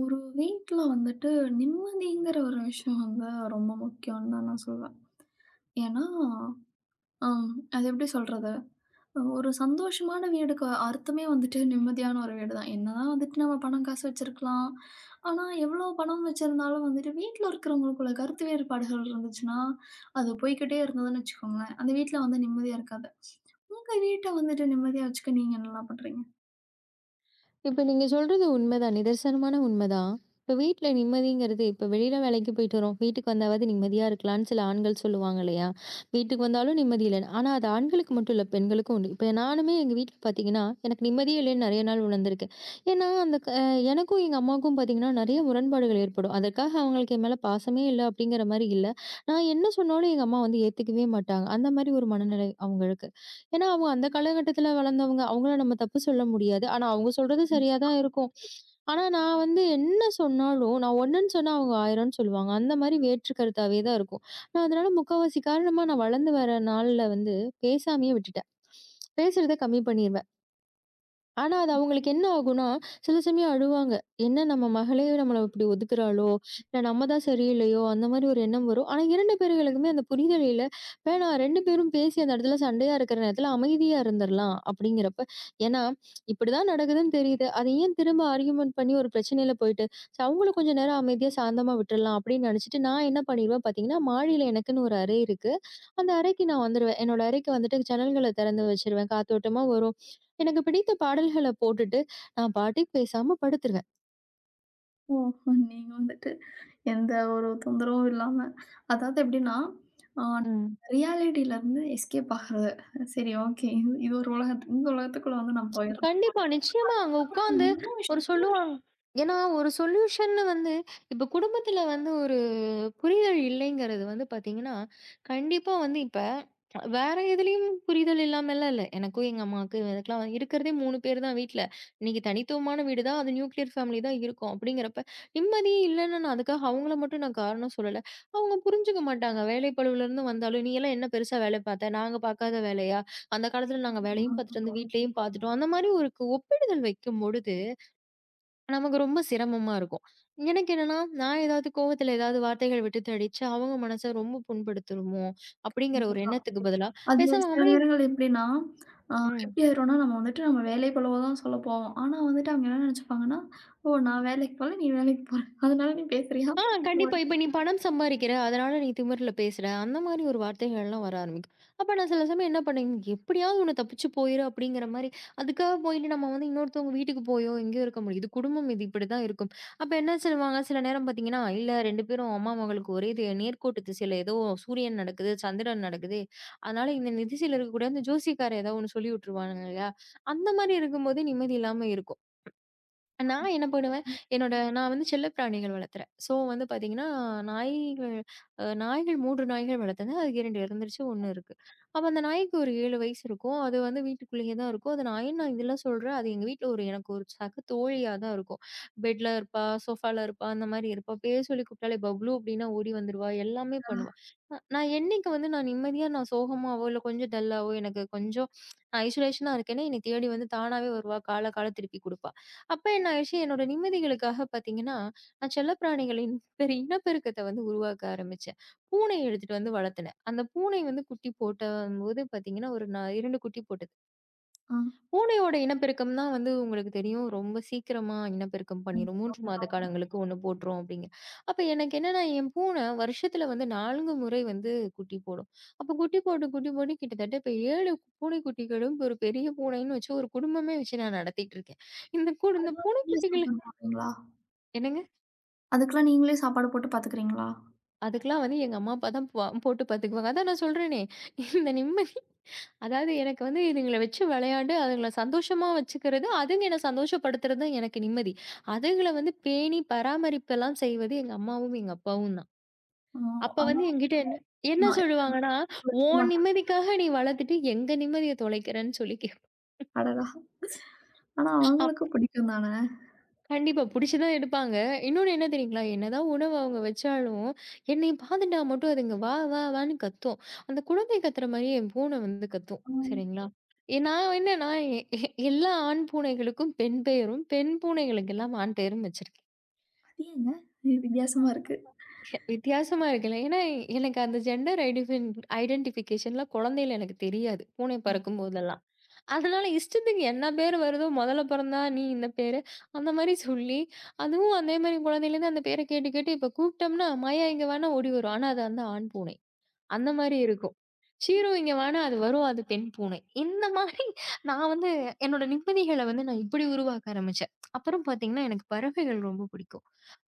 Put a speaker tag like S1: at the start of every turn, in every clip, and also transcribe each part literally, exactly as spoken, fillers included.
S1: ஒரு வீட்ல வந்துட்டு நிம்மதிங்கிற ஒரு விஷயம் வந்து ரொம்ப முக்கியம்னு தான் நான் சொல்வேன். ஏன்னா, அம் அது எப்படி சொல்றது? ஒரு சந்தோஷமான வீடுக்கு அர்த்தமே வந்துட்டு நிம்மதியான ஒரு வீடு தான். என்னதான் வந்துட்டு நம்ம பணம் காசு வச்சிருக்கலாம். ஆனா, எவ்வளோ பணம் வச்சிருந்தாலும் வந்துட்டு வீட்ல இருக்கிறவங்களுக்குள்ள கருத்து வேறுபாடுகள் இருந்துச்சுன்னா, அது போய்க்கிட்டே இருந்ததுன்னு வச்சுக்கோங்களேன், அந்த வீட்ல வந்து நிம்மதியா இருக்காது. உங்க வீட்ட வந்துட்டு நிம்மதியா வச்சுக்க நீங்க என்னலாம் பண்றீங்க?
S2: இப்ப நீங்க சொல்றது உண்மைதான். நிதர்சனமான உண்மைதான். இப்ப வீட்ல நிம்மதிங்கிறது இப்ப வெளியில வேலைக்கு போயிட்டு வரோம். வீட்டுக்கு வந்தாவது நிம்மதியா இருக்கலான்னு சில ஆண்கள் சொல்லுவாங்க இல்லையா? வீட்டுக்கு வந்தாலும் நிம்மதி இல்லன்னு. ஆனா அது ஆண்களுக்கு மட்டும் இல்ல, பெண்களுக்கும் உண்டு. இப்ப நானுமே எங்க வீட்ல பார்த்தீங்கன்னா, எனக்கு நிம்மதியே இல்லன்னு நெறைய நாள் உணர்ந்திருக்கேன். ஏன்னா, அந்த க அஹ் எனக்கும் எங்க அம்மாவுக்கும் பார்த்தீங்கன்னா, நெறைய முரண்பாடுகள் ஏற்படும். அதற்காக அவங்களுக்கு என் மேல பாசமே இல்ல அப்படிங்கிற மாரி இல்ல. நான் என்ன சொன்னாலும் எங்க அம்மா வந்து ஏத்துக்கவே மாட்டாங்க. அந்த மாரி ஒரு மனநிலை அவங்களுக்கு. ஏன்னா, அவங்க அந்த காலகட்டத்துல வளர்ந்தவங்க. அவங்கள நம்ம தப்பு சொல்ல முடியாது. ஆனா, அவங்க சொல்றது சரியா தான் இருக்கும். ஆனா, நான் வந்து என்ன சொன்னாலும், நான் ஒண்ணுன்னு சொன்னா அவங்க ஆயிரம்ன்னு சொல்லுவாங்க. அந்த மாரி வேற்று கருத்தாவே தான் இருக்கும். நான் அதனால முக்காவாசி காரணமா நான் வளர்ந்து வர நாள்ல வந்து பேசாமயே விட்டுட்டேன். பேசுறத கம்மி பண்ணிருவேன். ஆனா, அது அவங்களுக்கு என்ன ஆகும்னா, சில சமயம் அழுவாங்க. என்ன நம்ம மகளே நம்மள இப்படி ஒதுக்குறாளோ! இல்ல நம்ம தான் சரியில்லையோ! அந்த மாரி ஒரு எண்ணம் வரும். ஆனா இரண்டு பேர்களுக்குமே அந்த புரிதல் இல்ல. வேணாம் இரண்டு பேரும் பேசி அந்த இடத்துல சண்டையா இருக்கிற நேரத்துல அமைதியா இருந்துரலாம் அப்படிங்கிறப்ப, ஏன்னா இப்படிதான் நடக்குதுன்னு தெரியுது. அத ஏன் திரும்ப ஆர்கியுமென்ட் பண்ணி ஒரு பிரச்சனையில போயிட்டு, சோ அவங்கள கொஞ்சம் நேரம் அமைதியா சாந்தமா விட்டுறலாம் அப்படின்னு நினைச்சுட்டு, நான் என்ன பண்ணிருவேன் பார்த்தீங்கன்னா, மாடியில எனக்குன்னு ஒரு அறை இருக்கு. அந்த அறைக்கு நான் வந்துருவேன். என்னோட அறைக்கு வந்துட்டு ஜன்னல்கள திறந்து வச்சுருவேன். காத்தோட்டமா வரும். எனக்கு பிடித்த பாடல்கள போட்டுட்டு, நான் பாட்டுக்கு பேசாம படுத்துருவேன்.
S1: ஓ! நீங்க வந்துட்டு எந்த ஒரு தொந்தரவும் இல்லாம, அதாவது எப்படின்னா, ஆ
S2: ம்.
S1: ரியாலிட்டிலருந்து எஸ்கேப் ஆகுறது. சரி ஓகே. இது இது ஒரு உலகத்து இந்த உலகத்துக்குள்ள வந்து நம்ம போயிறோம்.
S2: கண்டிப்பா, நிச்சயமா அங்க உட்காந்து ஒரு சொல்லுவாங்க. ஏன்னா ஒரு சொல்யூஷன்னு வந்து இப்ப குடும்பத்துல வந்து ஒரு புரிதல் இல்லைங்கிறது வந்து பார்த்தீங்கன்னா, கண்டிப்பா வந்து இப்ப வேற எதுலயும் புரிதல் இல்லாமல்லாம் இல்ல. எனக்கும் எங்க அம்மாவுக்கும் எனக்கெல்லாம் இருக்கிறதே மூன்று பேர் தான் வீட்ல. இன்னைக்கு தனித்துவமான வீடு தான். அது நியூக்ளியர் ஃபேமிலி தான் இருக்கும். அப்படிங்கிறப்ப நிம்மதியே இல்லைன்னு நான் அதுக்காக அவங்கள மட்டும் நான் காரணம் சொல்லல. அவங்க புரிஞ்சுக்க மாட்டாங்க. வேலைப்பளுவிலருந்து வந்தாலும், "நீ எல்லாம் என்ன பெருசா வேலை பார்த்த? நாங்க பார்க்காத வேலையா? அந்த காலத்துல நாங்க வேலையும் பார்த்துட்டு வந்து வீட்லயும் பார்த்துட்டோம்." அந்த மாரி ஒரு கு ஒப்பிடுதல் வைக்கும்பொழுது, நமக்கு ரொம்ப சிரமமா இருக்கும். எனக்கு என்னன்னா, நான் ஏதாவது கோவத்துல ஏதாவது வார்த்தைகள் விட்டுத் அடிச்சு, அவங்க மனச ரொம்ப புண்படுத்திருமோ! அப்படிங்கிற ஒரு
S1: கண்டிப்பா.
S2: எண்ணத்துக்கு பதிலா
S1: அது
S2: பேசாம
S1: சில
S2: அமைதி.
S1: நேரங்கள் எப்படின்னா, ஆ
S2: ம்.
S1: எப்படி ஆயிரும்னா, நம்ம வந்துட்டு நம்ம வேலை பளுவ தான் சொல்ல போவோம். ஆனா வந்துட்டு அவங்க என்ன நெனச்சுப்பாங்கன்னா, "ஓ! நான் வேலைக்கு போல, நீ வேலைக்கு போற. அதனால நீ பேசுறியா?"
S2: ஆ கண்டிப்பா. இப்ப நீ பணம் சம்பாரிக்கிற, அதனால நீ திமிர்ல பேசுற, அந்த மாரி ஒரு வார்த்தைகள்லாம் வர ஆரம்பிக்கும். அப்ப நான் சில சமயம் என்ன பண்ணுவேன், எப்படியாவது ஒண்ணு தப்பிச்சு போயிரு அப்படிங்கிற மாரி, அதுக்காக போயிட்டு நம்ம வந்து இன்னொருத்தவங்க வீட்டுக்கு போயோ, எங்கேயோ இருக்க முடியும். இது குடும்பம், இது இப்படிதான் இருக்கும். அப்ப என்ன சொல்லுவாங்க, சில நேரம் பார்த்தீங்கன்னா, இல்ல இரண்டு பேரும் அம்மா, மகளுக்கு ஒரே இது நேர்கோட்டு திசையில ஏதோ சூரியன் நடக்குது, சந்திரன் நடக்குது. அதனால இந்த திசையில இருக்கக்கூடிய அந்த ஜோசியக்காரர் ஏதோ ஒண்ணு சொல்லி விட்டுருவானுங்க இல்லையா? அந்த மாரி இருக்கும்போது நிம்மதி இல்லாம இருக்கும். நான் என்ன பண்ணுவேன், என்னோட நான் வந்து செல்லப்பிராணிகள் வளர்த்துறேன். ஸோ வந்து பார்த்தீங்கன்னா, நாய்கள் அ நாய்கள் மூன்று நாய்கள் வளர்த்தேங்க. அதுக்கு இரண்டு இறந்துருச்சு, ஒன்று இருக்கு. அப்ப அந்த நாய்க்கு ஒரு ஏழு வயசு இருக்கும். அது வந்து வீட்டுக்குள்ளேயே தான் இருக்கும். அது நாய் நான் இதெல்லாம் சொல்றேன். அது எங்க வீட்ல ஒரு எனக்கு ஒரு சக தோழியா தான் இருக்கும். பெட்ல இருப்பா, சோஃபால இருப்பா, அந்த மாரி இருப்பா. பேர் சொல்லி கூப்பிட்டாலே பப்ளூ அப்டின்னா ஓடி வந்துருவா. எல்லாமே பண்ணுவா. அ நான் என்னைக்கு வந்து நான் நிம்மதியா நான் சோகமாவோ, இல்ல கொஞ்சம் டல்லாவோ எனக்கு கொஞ்சம் நான் ஐசோலேஷனா இருக்கேன்னா, என்னை தேடி வந்து தானாவே வருவா. கால கால திருப்பி குடுப்பா. அப்ப என்ன ஆயிடுச்சு, என்னோட நிம்மதிகளுக்காக பார்த்தீங்கன்னா, நான் செல்லப்பிராணிகளின் பெரிய இனப்பெருக்கத்த வந்து உருவாக்க ஆரம்பிச்சேன். பூனைய எடுத்துட்டு வந்து வளர்த்துனேன். அந்த பூனை வந்து குட்டி போட்டம்போது பார்த்தீங்கன்னா, ஒரு நா இரண்டு குட்டி போட்டது.
S1: ஆ.
S2: பூனையோட இனப்பெருக்கம் தான் வந்து உங்களுக்கு தெரியும், ரொம்ப சீக்கிரமா இனப்பெருக்கம் பண்ணிரும்.
S1: கண்டிப்பா.
S2: மூன்று மாத காலங்களுக்கு ஒன்று போட்டுரும் அப்டிங்க. அப்ப எனக்கு என்னன்னா, என் பூனை வருஷத்துல வந்து நான்கு முறை வந்து குட்டி போடும். அப்ப குட்டி போட்டு, குட்டி போட்டு கிட்டத்தட்ட இப்ப ஏழு பூனைக்குட்டிகளும், ஒரு பெரிய பூனைன்னு வச்சு ஒரு குடும்பமே வச்சு நான் நடத்திட்டு இருக்கேன். இந்த கு இந்த
S1: நீங்களே
S2: பூனைக்குட்டிகள்
S1: சாப்பாடு போடுறீங்களா?
S2: என்னங்க?
S1: அதுக்கெல்லாம் நீங்களே சாப்பாடு போட்டு பாத்துக்கிறீங்களா?
S2: அதுக்கெல்லாம் வந்து எங்க அம்மா, அப்பா தான் பா போட்டு பார்த்துக்குவாங்க. அதான் நான் சொல்றேனே, இந்த நிம்மதி அதாவது எனக்கு வந்து இதுங்கள வச்சு விளையாண்டு, அதுங்கள சந்தோஷமா வச்சுக்கிறது, அதுங்க என்ன சந்தோஷப்படுத்துறது தான் எனக்கு நிம்மதி. அதுங்கள வந்து பேணி பராமரிப்பெல்லாம் செய்வது எங்க அம்மாவும், எங்க அப்பாவும் தான்.
S1: ஓ!
S2: அப்ப
S1: ஆனா
S2: வந்து என்கிட்ட என்ன என்ன சொல்லுவாங்கன்னா, "உன் நிம்மதிக்காக நீ வளர்த்துட்டு எங்க நிம்மதிய தொலைக்கிறன்னு" சொல்லி
S1: அடடா! ஆனா
S2: கேப்
S1: அவங்களுக்கும் பிடிக்கும் தானே!
S2: கண்டிப்பா. புடிச்சு தான் எடுப்பாங்க. இன்னொன்னு என்ன தெரியுங்களா? என்னதான் உணவு அவங்க வச்சாலும், என்னைய பார்த்துட்டா மட்டும் அதுங்க வா வா வான்னு கத்தும். அந்த குழந்தை கத்துற மாரியே என் பூனை வந்து கத்தும்.
S1: ஆ
S2: சரிங்களா? எ நான் என்னன்னா எ எ- எல்லா ஆண் பூனைகளுக்கும் பெண் பெயரும், பெண் பூனைகளுக்கு எல்லாம் ஆண் பெயரும் வச்சிருக்கேன்.
S1: அது ஏங்க? இது வித்தியாசமா இருக்கு.
S2: எ- வித்தியாசமா இருக்குல்ல. ஏன்னா எனக்கு அந்த ஜெண்டர் ஐடிஃபன் ஐடென்டிஃபிகேஷன்லாம் குழந்தையில எனக்கு தெரியாது. பூனை
S1: ஆ
S2: பறக்கும் போதெல்லாம். அதனால இஷ்டத்துக்கு என்ன பேர் வருதோ முதல்ல பிறந்தா நீ இந்த பேரு. அந்த மாரி சொல்லி, அதுவும் அதே மாரி குழந்தையிலேருந்து அந்த பேர கேட்டு, கேட்டு இப்ப கூப்பிட்டோம்னா, "மாயா இங்க வான்னா" ஓடி வரும். ஆனா அது வந்து ஆண் பூனை. அந்த மாரி இருக்கும். "சீரு இங்க வான்னா" அது வரும். அது பெண் பூனை. இந்த மாரி நான் வந்து என்னோட நிம்மதிகள வந்து நான் இப்படி உருவாக்க ஆரம்பிச்சேன். அப்புறம் பார்த்தீங்கன்னா, எனக்கு பறவைகள் ரொம்ப பிடிக்கும்.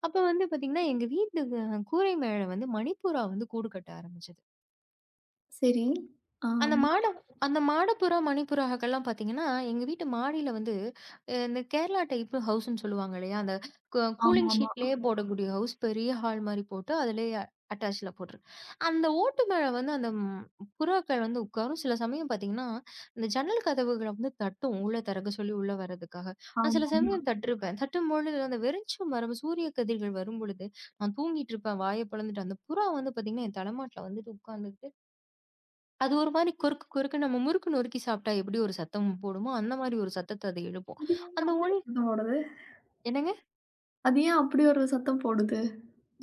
S2: அப்ப வந்து பார்த்தீங்கன்னா, எங்க வீட்டு அ கூரை மேல வந்து மணிப்புறா வந்து கூடு கட்ட ஆரம்பிச்சது.
S1: சரி. ஆ
S2: அந்த மாட அந்த மாடப்புறா, மணிப்புறாக்கள்லாம் பார்த்தீங்கன்னா, எங்க வீட்டு மாடியில வந்து அ இந்த கேரளா டைப்பு ஹவுஸ்ன்னு சொல்லுவாங்க இல்லையா? அந்த கூ கூலிங்
S1: ஆமாமா,
S2: ஷீட்லயே போடக்கூடிய ஹவுஸ் பெரிய ஹால் மாரி போட்டு, அதிலேயே அட்டாச்ல போட்டுருக்கு. அந்த ஓட்டு மேல வந்து அந்த ம் புறாக்கள் வந்து உட்காரும். சில சமயம் பார்த்தீங்கன்னா, இந்த ஜன்னல் கதவுகள வந்து தட்டும். உள்ள திறக்க சொல்லி உள்ள வர்றதுக்காக. நான் சில
S1: ஆமா.
S2: சமயம் தட்டிருப்பேன். தட்டும்பொழுது அந்த வெளிச்சம் வரும் சூரிய கதிர்கள் வரும்பொழுது, நான் தூங்கிட்டு இருப்பேன். வாய பொளந்துட்டு. அந்த புறா வந்து பார்த்தீங்கன்னா, என் தலைமாட்ல வந்துட்டு உட்கார்ந்துட்டு அது ஒரு மாரி கொறுக்கு கொறுக்கு நம்ம முறுக்கு நொறுக்கி சாப்பிட்டா எப்படி ஒரு சத்தம் போடுமோ, அந்த மாரி ஒரு சத்தத்த அது எழுப்பும்.
S1: அது ஏங்க
S2: அந்த
S1: அப்படி ஒரு
S2: ஒலி
S1: சத்தம் போடுது?
S2: என்னங்க?
S1: அது ஏன் அப்படி ஒரு சத்தம் போடுது?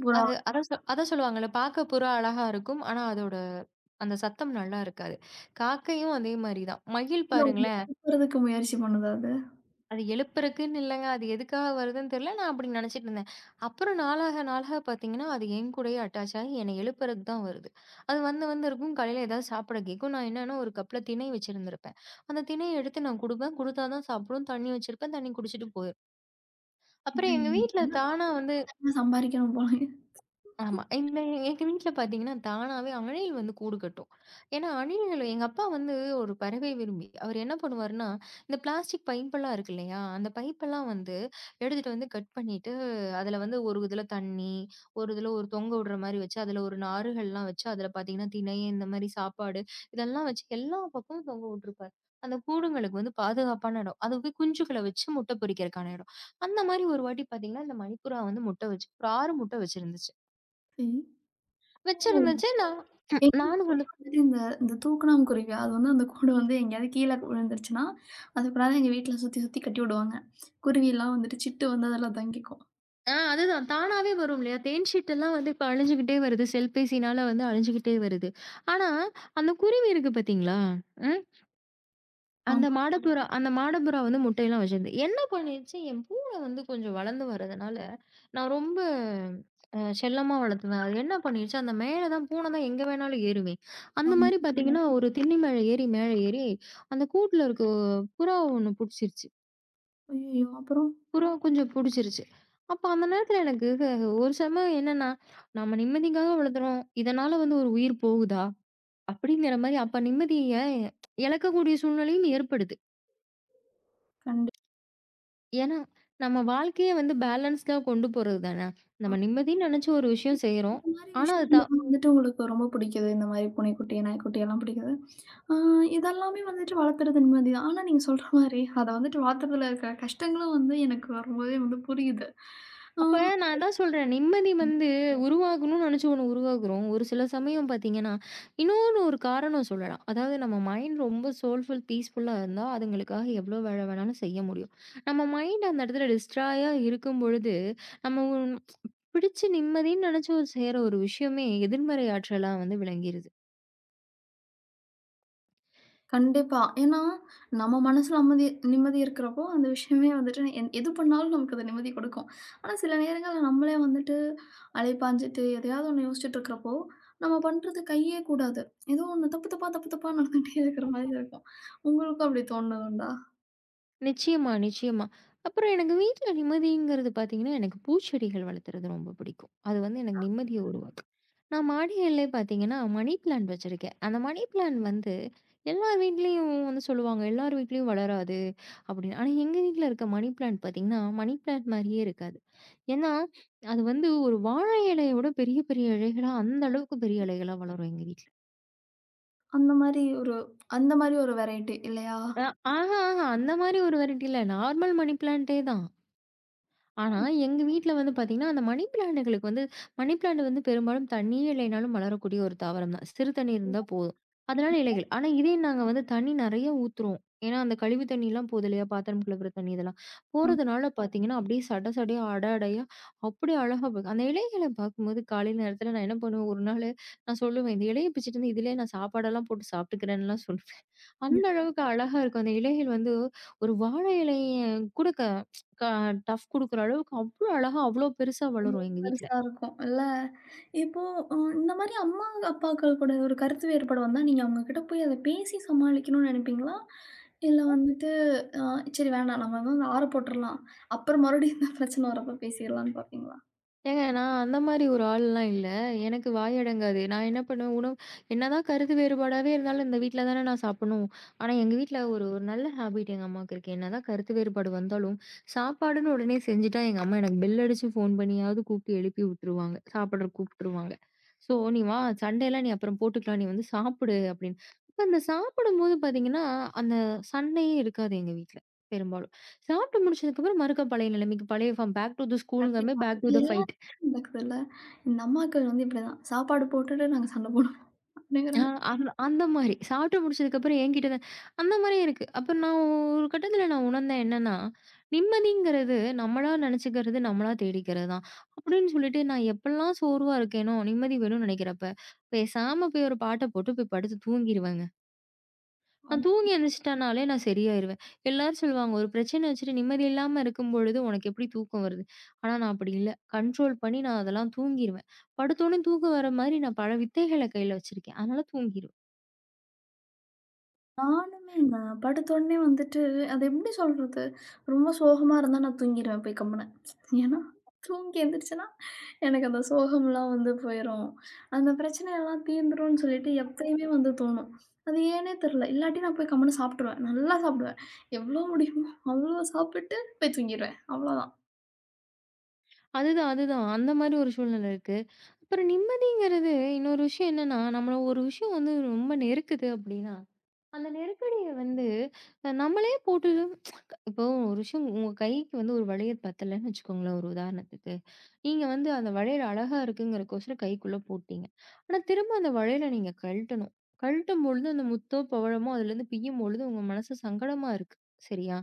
S1: புறா
S2: அது அதான் சொ அதான் சொல்லுவாங்கல்ல, பார்க்க புறா அழகா இருக்கும். ஆனா அதோட அந்த சத்தம் நல்லா இருக்காது. காக்கையும் அதே மாரி தான். மயில்
S1: உள்ள
S2: பாருங்களேன்.
S1: ஒதுங்குறதுக்கு முயற்சி பண்ணுதா அது?
S2: அது எழுப்புறக்குன்னு இல்லங்க. அது எதுக்காக வருதுன்னு தெரியல. நான் அப்படி நெனச்சிட்டு இருந்தேன். அப்புறம் நாளாக நாளாக பார்த்தீங்கன்னா, அது என் கூடயே அட்டாச் ஆகி என்னை எழுப்புறக்கு தான் வருது. அது வந்து வந்து இருக்கும். காலையில ஏதாவது சாப்பிட கேட்கும். நான் என்னன்னா ஒரு கப்ல திணை வச்சிருந்திருப்பேன். அந்த திணைய எடுத்து நான் குடுப்பேன். குடுத்தா தான் சாப்பிடும். தண்ணி வச்சிருப்பேன். தண்ணி குடிச்சிட்டு போயிரும். அப்புறம் எங்க
S1: ஏங்க
S2: வீட்ல
S1: நல்லா
S2: தானா வந்து
S1: தனியா சம்பாரிக்கணும் போலயே.
S2: ஆமா. இந்த எங்க வீட்ல பார்த்தீங்கன்னா, தானாவே அணில் வந்து கூடு கட்டும். ஏன்னா, அணில்கள் எங்க அப்பா வந்து ஒரு பறவை விரும்பி. அவர் என்ன பண்ணுவாருன்னா, இந்த பிளாஸ்டிக் பைப்பெல்லாம் இருக்கு இல்லையா? அந்த பைப்பெல்லாம் வந்து எடுத்துட்டு வந்து கட் பண்ணிட்டு, அதில வந்து ஒரு இதில தண்ணி, ஒரு இதில ஒரு தொங்க விடுற மாரி வச்சு, அதில ஒரு நாறுகள்லாம் வச்சு, அதில பார்த்தீங்கன்னா, திணை இந்த மாரி சாப்பாடு இதெல்லாம் வச்சு எல்லா பக்கமும் தொங்க விட்டுருப்பாரு. அந்த கூடுங்களுக்கு வந்து பாதுகாப்பான இடம். அது போய் குஞ்சுகள வச்சு முட்டை பொரிக்கிறக்கான இடம். அந்த மாரி ஒரு வாட்டி பார்த்தீங்கன்னா, இந்த மணிப்புறா வந்து முட்டை வச்சு ஒரு ஆறு முட்டை வச்சிருந்துச்சு.
S1: சரி. ஓ!
S2: வச்சிருந்துச்சு. நான் ம், நானும்
S1: எங்களுக்கு
S2: வந்து
S1: வந்துட்டு இந்த இந்த தூக்கணாங்குருவி அது வந்து அந்த கூடு வந்து எங்கேயாவது கீழ விழுந்துருச்சுன்னா, அது கொண்டாந்து எங்க வீட்ல சுத்தி சுத்தி கட்டி விடுவாங்க. குருவிலாம் வந்துட்டு சிட்டு வந்து அதுல தங்கிக்கும்.
S2: ஆ அதுதான். தானாவே வரும் இல்லையா? தேன் சீட்டெல்லாம் வந்து இப்ப அழிஞ்சுகிட்டே வருது. செல்பேசினால வந்து அழிஞ்சுகிட்டே வருது. ஆனா, அந்த குருவி இருக்கு பாத்தீங்களா? ம். அந்த
S1: ஆமா.
S2: ஆமா. மாடப்புறா அந்த மாடப்புறா வந்து முட்டையெல்லாம் வச்சிருந்தது. என்ன பண்ணிருச்சு, என் பூனை வந்து கொஞ்சம் வளர்ந்து வரதுனால, நான் ரொம்ப அ செல்லமா வளர்த்துவேன். அது என்ன பண்ணிருச்சு, அந்த மேல தான் பூனை தான் எங்க வேணாலும் ஏறுமே. அந்த
S1: ஆமா.
S2: மாரி ம். பாத்தீங்கன்னா, ஒரு திண்ணை மேல ஏறி மேல ஏறி, அந்த கூட்டுல இருக்க புறா ஒண்ணு புடிச்சிருச்சு.
S1: ஐயய்யோ! அப்புறம்?
S2: புறா கொஞ்சம் புடிச்சிருச்சு. அப்ப அந்த நேரத்துல எனக்கு ஹ- ஒரு சமயம் என்னன்னா, நம்ம நிம்மதிக்காக வளர்த்துறோம். இதனால வந்து ஒரு உயிர் போகுதா? அப்படிங்கிற மாரி அப்ப நிம்மதிய இழக்கக்கூடிய சூழ்நிலையும் ஏற்படுது.
S1: கண்டிப்பா.
S2: ஏன்னா, நம்ம வாழ்க்கைய வந்து பேலன்ஸ்டா கொண்டு போறது தான. நம்ம நிம்மதின்னு நெனச்சு ஒரு விஷயம் செய்றோம்.
S1: இந்த மாரி
S2: ஆனா அது த
S1: விஷயங்கள்லாம் வந்துட்டு உங்களுக்கு ரொம்ப பிடிக்குது. இந்த மாரி பூனைக்குட்டி, நாய்க்குட்டி எல்லாம் பிடிக்குது. ஆ. இதெல்லாமே வந்துட்டு வளர்த்துறது நிம்மதி தான். ஆனா நீங்க சொல்ற மாரி அத வந்துட்டு வளர்த்துறதுல இருக்கிற கஷ்டங்களும் வந்து எனக்கு ரொம்பவே வந்து புரியுது. ஆ
S2: அப்ப நான் அதான் சொல்றேன். நிம்மதி வந்து உருவாகணும்னு நெனச்சு ஒண்ணு உருவாகுறோம். ஒரு சில சமயம் பார்த்தீங்கன்னா, இன்னொன்னு ஒரு காரணம் சொல்லலாம். அதாவது நம்ம மைண்ட் ரொம்ப சோல்ஃபுல், பீஸ்ஃபுல்லா இருந்தா, அதுங்களுக்காக எவ்வளோ வேலை வேணாலும் செய்ய முடியும். நம்ம மைண்ட் அந்த இடத்துல டிஸ்ட்ராயா இருக்கும் பொழுது, நம்ம ஒ பிடிச்சு நிம்மதின்னு நெனச்சு செய்ற ஒரு விஷயமே எதிர்மறை ஆற்றலா வந்து விளங்கிருது.
S1: கண்டிப்பா. ஏன்னா நம்ம மனசுல அமைதி நிம்மதி இருக்கிறப்போ, அந்த விஷயமே வந்துட்டு என் எது பண்ணாலும் நமக்கு அது நிம்மதி கொடுக்கும். ஆனா சில நேரங்கள்ல நம்மளே வந்துட்டு அலைப்பாஞ்சுட்டு எதையாவது ஒண்ணு யோசிச்சுட்டு இருக்கிறப்போ, நம்ம பண்றது கையே கூடாது. ஏதோ ஒண்ணு தப்பு தப்பா, தப்பு தப்பா நடந்துகிட்டே இருக்கிற மாரி இருக்கும். உங்களுக்கும் அப்படி தோணுனது உண்டா?
S2: நிச்சயமா, நிச்சயமா. அப்புறம் எனக்கு வீட்ல நிம்மதிங்கிறது பார்த்தீங்கன்னா, எனக்கு பூச்செடிகள் வளர்த்துறது ரொம்ப பிடிக்கும். அது வந்து எனக்கு நிம்மதிய உருவாக்கும். நான் மாடிகள்லே பார்த்தீங்கன்னா, மணி பிளான்ட் வச்சிருக்கேன். அந்த மணி பிளான்ட் வந்து எல்லார் வீட்லயும் வந்து சொல்லுவாங்க, எல்லார் வீட்லயும் வளராது அப்படின்னு. ஆனா எங்க வீட்ல இருக்க மணி பிளான்ட் பார்த்தீங்கன்னா, மணி பிளான்ட் மாரியே இருக்காது. ஏன்னா, அது வந்து ஒரு வாழை இலையோட பெரிய பெரிய இலைகளா அந்த அளவுக்கு பெரிய இலைகளா வளரும் எங்க வீட்ல.
S1: அந்த மாரி ஒரு அந்த மாரி ஒரு வெரைட்டி இல்லையா?
S2: அ ஆஹா, ஆஹா அந்த மாரி ஒரு வெரைட்டி இல்ல. நார்மல் மணி பிளான்ட்டே தான். ஆனா, எங்க வீட்ல வந்து பார்த்தீங்கன்னா, அந்த மணி பிளான்ட்டுகளுக்கு வந்து மணி பிளான்ட் வந்து பெரும்பாலும் தண்ணியே இல்லைனாலும் வளரக்கூடிய ஒரு தாவரம் தான். சிறு தண்ணி இருந்தா போதும். அதனால இலைகள். ஆனா, இதே நாங்க வந்து தண்ணி நெறைய ஊத்துறோம். ஏன்னா, அந்த கழிவு தண்ணிலாம் போகுது இல்லையா? பாத்திரம் கழுவுற தண்ணி இதெல்லாம்.
S1: ம்.
S2: போறதுனால பார்த்தீங்கன்னா, அப்படியே சட சடையா, அட அடையா அப்படியே அழகா போகும். அந்த இலைகள பார்க்கும்போது காலையில நேரத்தில நான் என்ன பண்ணுவேன், ஒரு நாளு நான் சொல்லுவேன், "இந்த இலைய பிச்சுட்டு வந்து இதிலயே நான் சாப்பாடெல்லாம் போட்டு சாப்பிட்டுக்கிறேன்லாம்" சொல்லுவேன். அந்த அளவுக்கு அழகா இருக்கும். அந்த இலைகள் வந்து ஒரு வாழை இலைய கூட க க டஃப் குடுக்குற அளவுக்கு அவ்ளோ அழகா, அவ்ளோ பெருசா
S1: எப்பவுமே
S2: வளரும் எங்க வீட்ல.
S1: பெருசா இருக்கும் இல்ல? இப்போ அ இந்த மாரி அம்மா, அப்பாக்கள் கூட ஒரு கருத்து வேறுபாடு வந்தா, நீங்க அவங்க கிட்ட போய் அத பேசி சமாளிக்கணும்னு நெனைப்பீங்களா? இல்ல வந்துட்டு அ சரி வேணாம் நம்ம வந்து ஆற போட்டுறலாம். அப்புறம் மறுபடியும் இந்த பிரச்சனை வரப்ப பேசிறலாம்ன்னு பாப்பீங்களா?
S2: ஏங்க நான் அந்த மாரி ஒரு ஆள்லாம் இல்ல. எனக்கு வாய் அடங்காது. நான் என்ன பண்ணுவேன், உணவு என்னதான் கருத்து வேறுபாடாவே இருந்தாலும் இந்த வீட்ல தானே நான் சாப்பிடணும். ஆனா எங்க வீட்ல ஒரு ஒரு நல்ல ஹேபிட் எங்க அம்மாவுக்கு இருக்கு. என்னதான் கருத்து வேறுபாடு வந்தாலும், சாப்பாடுன்னு உடனே செஞ்சுட்டா எங்க அம்மா எனக்கு பெல் அடிச்சு ஃபோன் பண்ணியாவது கூப்பிட்டு எழுப்பி விட்டுருவாங்க. சாப்பிட கூப்பிட்டுருவாங்க. "ஸோ நீ வா, சண்டையெல்லாம் நீ அப்புறம் போட்டுக்கலாம். நீ வந்து சாப்பிடு" அப்படின்னு. அப்ப அந்த சாப்பிடும்போது பார்த்தீங்கன்னா, அந்த சண்டையே இருக்காது எங்க வீட்ல பெரும்பாலும். சாப்பிட்டு முடிச்சதுக்கப்புறம் மறுக்கா பழைய நிலைமைக்கு, பழைய ஃபார்ம் பேக் டூ த ஸ்கூலுங்கிற மாரி
S1: கண்டிப்பா.
S2: பேக்
S1: இது
S2: டூ த ஃபைட்.
S1: எல்லாரும் நடக்குதுல்ல. இந்த அம்மாக்கள் வந்து இப்படிதான். சாப்பாடு போட்டுட்டு நாங்க சண்டை போடுவோம். அப்படிங்கிற
S2: ஆ அந்த அந்த மாரி. சாப்பிட்டு முடிச்சதுக்கப்புறம் என்கிட்ட தான் அந்த மாரி இருக்கு. அப்ப நான் ஒரு கட்டத்தில நான் உணர்ந்தேன் என்னன்னா, நிம்மதிங்கிறது நம்மளா நெனச்சுக்கிறது, நம்மளா தேடிக்கிறது தான். அப்படின்னு சொல்லிட்டு நான் எப்பலாம் சோர்வா இருக்கேனோ, நிம்மதி வேணும்னு நெனைக்கிறப்ப, பேசாம போய் ஒரு பாட்ட போட்டு போய் படுத்து தூங்கிருவேங்க. நான்
S1: மாரி.
S2: தூங்கி எந்திரிச்சுட்டனாலே நான் சரியாயிருவேன். எல்லாரும் சொல்லுவாங்க, "ஒரு பிரச்சனை வச்சுட்டு நிம்மதி இல்லாம இருக்கும் பொழுது உனக்கு எப்படி தூக்கம் வருது?" ஆனா நான் அப்படி இல்ல. கண்ட்ரோல் பண்ணி நான் அதெல்லாம் தூங்கிருவேன். படுத்தோனே தூக்கம் வர மாரி நான் பல வித்தைகள கையில வச்சிருக்கேன். அதனால தூங்கிருவேன்.
S1: நானுமேங்க. படுத்தோனே வந்துட்டு அது எப்படி சொல்றது? ரொம்ப சோகமா இருந்தா நான் தூங்கிருவேன் போய் கம்முனு. ஏன்னா, தூங்கி எந்திரிச்சேன்னா, எனக்கு அந்த சோகம்லாம் வந்து போயிரும். அந்த பிரச்சனையெல்லாம் தீந்துரும்ன்னு சொல்லிட்டு எப்பயுமே வந்து தோணும். அது ஏன்னே தெரியல. இல்லாட்டி நான் போய் கம்முனு சாப்ட்டுருவேன். நல்லா சாப்பிடுவேன். எவ்வளோ முடியுமோ அவ்வளோ சாப்பிட்டு போய் தூங்கிருவேன். அவ்வளோதான்.
S2: அதுதான், அதுதான். அந்த மாரி ஒரு சூழ்நிலை இருக்கு. அப்புறம் நிம்மதிங்கிறது இன்னொரு விஷயம் என்னன்னா, நம்மள ஒரு விஷயம் வந்து ரொம்ப நெருக்குது அப்படின்னா, அந்த நெருக்கடிய வந்து அ நம்மளே போட்டு இப்போ ஒரு விஷயம் உங்க கைக்கு வந்து ஒரு வளையல் பத்தலன்னு வச்சுக்கோங்களேன், ஒரு உதாரணத்துக்கு. நீங்க வந்து அந்த வளையல் அழகா இருக்குங்கிறக்கோசரம் கைக்குள்ள போட்டீங்க. ஆனா திரும்ப அந்த வளையல நீங்க கழட்டணும். கழட்டும் பொழுது அந்த முத்தோ, பவழமோ அதுலேருந்து பிய்யும் பொழுது உங்க மனசு சங்கடமா இருக்கு. சரியா?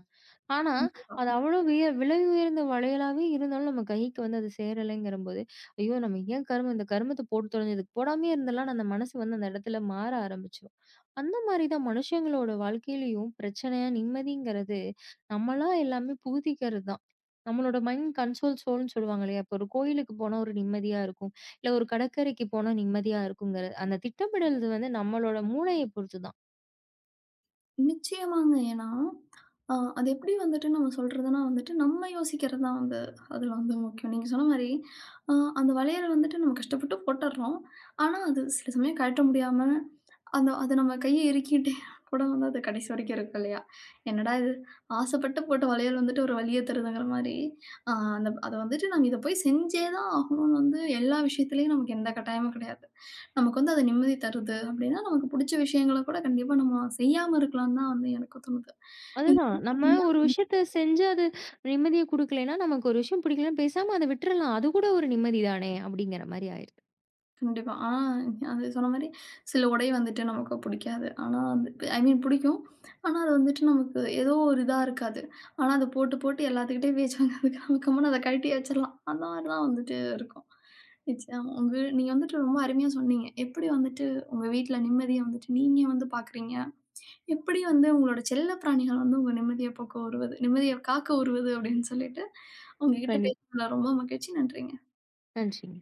S2: ஆனா, அது அவ்வளோ விய விலை உயர்ந்த வளையலாவே இருந்தாலும் நம்ம கைக்கு வந்து அது சேரலைங்கிறம்போது, ஐயோ! நம்ம ஏன் கருமம் இந்த கருமத்த போட்டு தொலைஞ்சதுக்கு போடாமயே இருந்தரலான்னு அந்த மனசு வந்து அந்த இடத்துல மாற ஆரம்பிச்சுரும். அந்த மாரி தான் மனுஷங்களோட வாழ்க்கையிலயும் பிரச்சனை, நிம்மதிங்கிறது நம்மளா எல்லாமே புகுத்திக்கிறது தான். நம்மளோட மைண்ட் கண்ட்ரோல் சோல்ன்னு சொல்லுவாங்க இல்லையா? இப்போ ஒரு கோயிலுக்கு போனா ஒரு நிம்மதியா இருக்கும். இல்ல ஒரு கடற்கரைக்கு போனா நிம்மதியா இருக்குங்கிற அந்த திட்டமிடல் வந்து நம்மளோட மூளைய பொறுத்து தான்.
S1: நிச்சயமாங்க. ஏன்னா, அ அது எப்படி வந்துட்டு நம்ம சொல்றதுன்னா வந்துட்டு, நம்ம யோசிக்கிறது தான் வந்து அதில வந்து முக்கியம். நீங்க சொன்ன மாரி, அ அந்த வளையல் வந்துட்டு நம்ம கஷ்டப்பட்டு போட்டுர்றோம். ஆனா, அது சில சமயம் கழட்ட முடியாம அந்த அது நம்ம கைய இறுக்கிட்டே கூட வந்து அது கடைசி வரைக்கும் இருக்கும் இல்லையா? என்னடா இது! ஆசைப்பட்டு போட்ட வளையல் வந்துட்டு ஒரு வலிய தருதுங்கிற மாரி, அ அந்த அத வந்துட்டு நம்ம இத போய் செஞ்சே தான் ஆகணும்னு வந்து எல்லா விஷயத்துலயும் நமக்கு எந்த கட்டாயமும் கிடையாது. நமக்கு வந்து அது நிம்மதி தருது அப்டின்னா, நமக்கு புடிச்ச விஷயங்கள கூட கண்டிப்பா நம்ம செய்யாம இருக்கலாம்னு தான் வந்து எனக்கு தோணுது. நீங்க
S2: அதுதான்.
S1: ரொம்ப
S2: நம்ம
S1: அருமையா
S2: ஒரு
S1: சொன்னீங்க.
S2: விஷயத்த செஞ்சு அது நிம்மதிய குடுக்கலைன்னா, நமக்கு ஒரு விஷயம் பிடிக்கலன்னா பேசாம அத விட்டுறலாம். அது கூட ஒரு நிம்மதி தானே! அப்படிங்கிற மாரி ஆயிருது.
S1: கண்டிப்பா. ஆனா, அது சொன்ன மாரி, சில உடை வந்துட்டு நமக்கு புடிக்காது. ஆனா வந்து ஐ மீன் புடிக்கும். ஆனா அது வந்துட்டு நமக்கு ஏதோ ஒரு இதா இருக்காது. ஆனா அத போட்டு, போட்டு எல்லாத்துக்கிட்டயும் பேச்சு வாங்குறதுக்கு நம்ம கம்முனு அத கழட்டி வச்சுரலாம். அந்த மாரி தான் வந்துட்டு இருக்கும். நிச்சயமா. உங்க நீங்க வந்துட்டு ரொம்ப அருமையா சொன்னீங்க. எப்படி வந்துட்டு உங்க வீட்ல நிம்மதிய வந்துட்டு நீங்க வந்து பாக்குறீங்க? எப்படி வந்து உங்களோட செல்ல பிராணிகள் வந்து உங்க நிம்மதிய போக்க உருவுது நிம்மதிய காக்க உருவுது அப்படின்னு சொல்லிட்டு, உங்ககிட்ட
S2: கண்டிப்
S1: பேசுனதுல ரொம்ப மகிழ்ச்சி. நன்றிங்க.
S2: நன்றிங்க.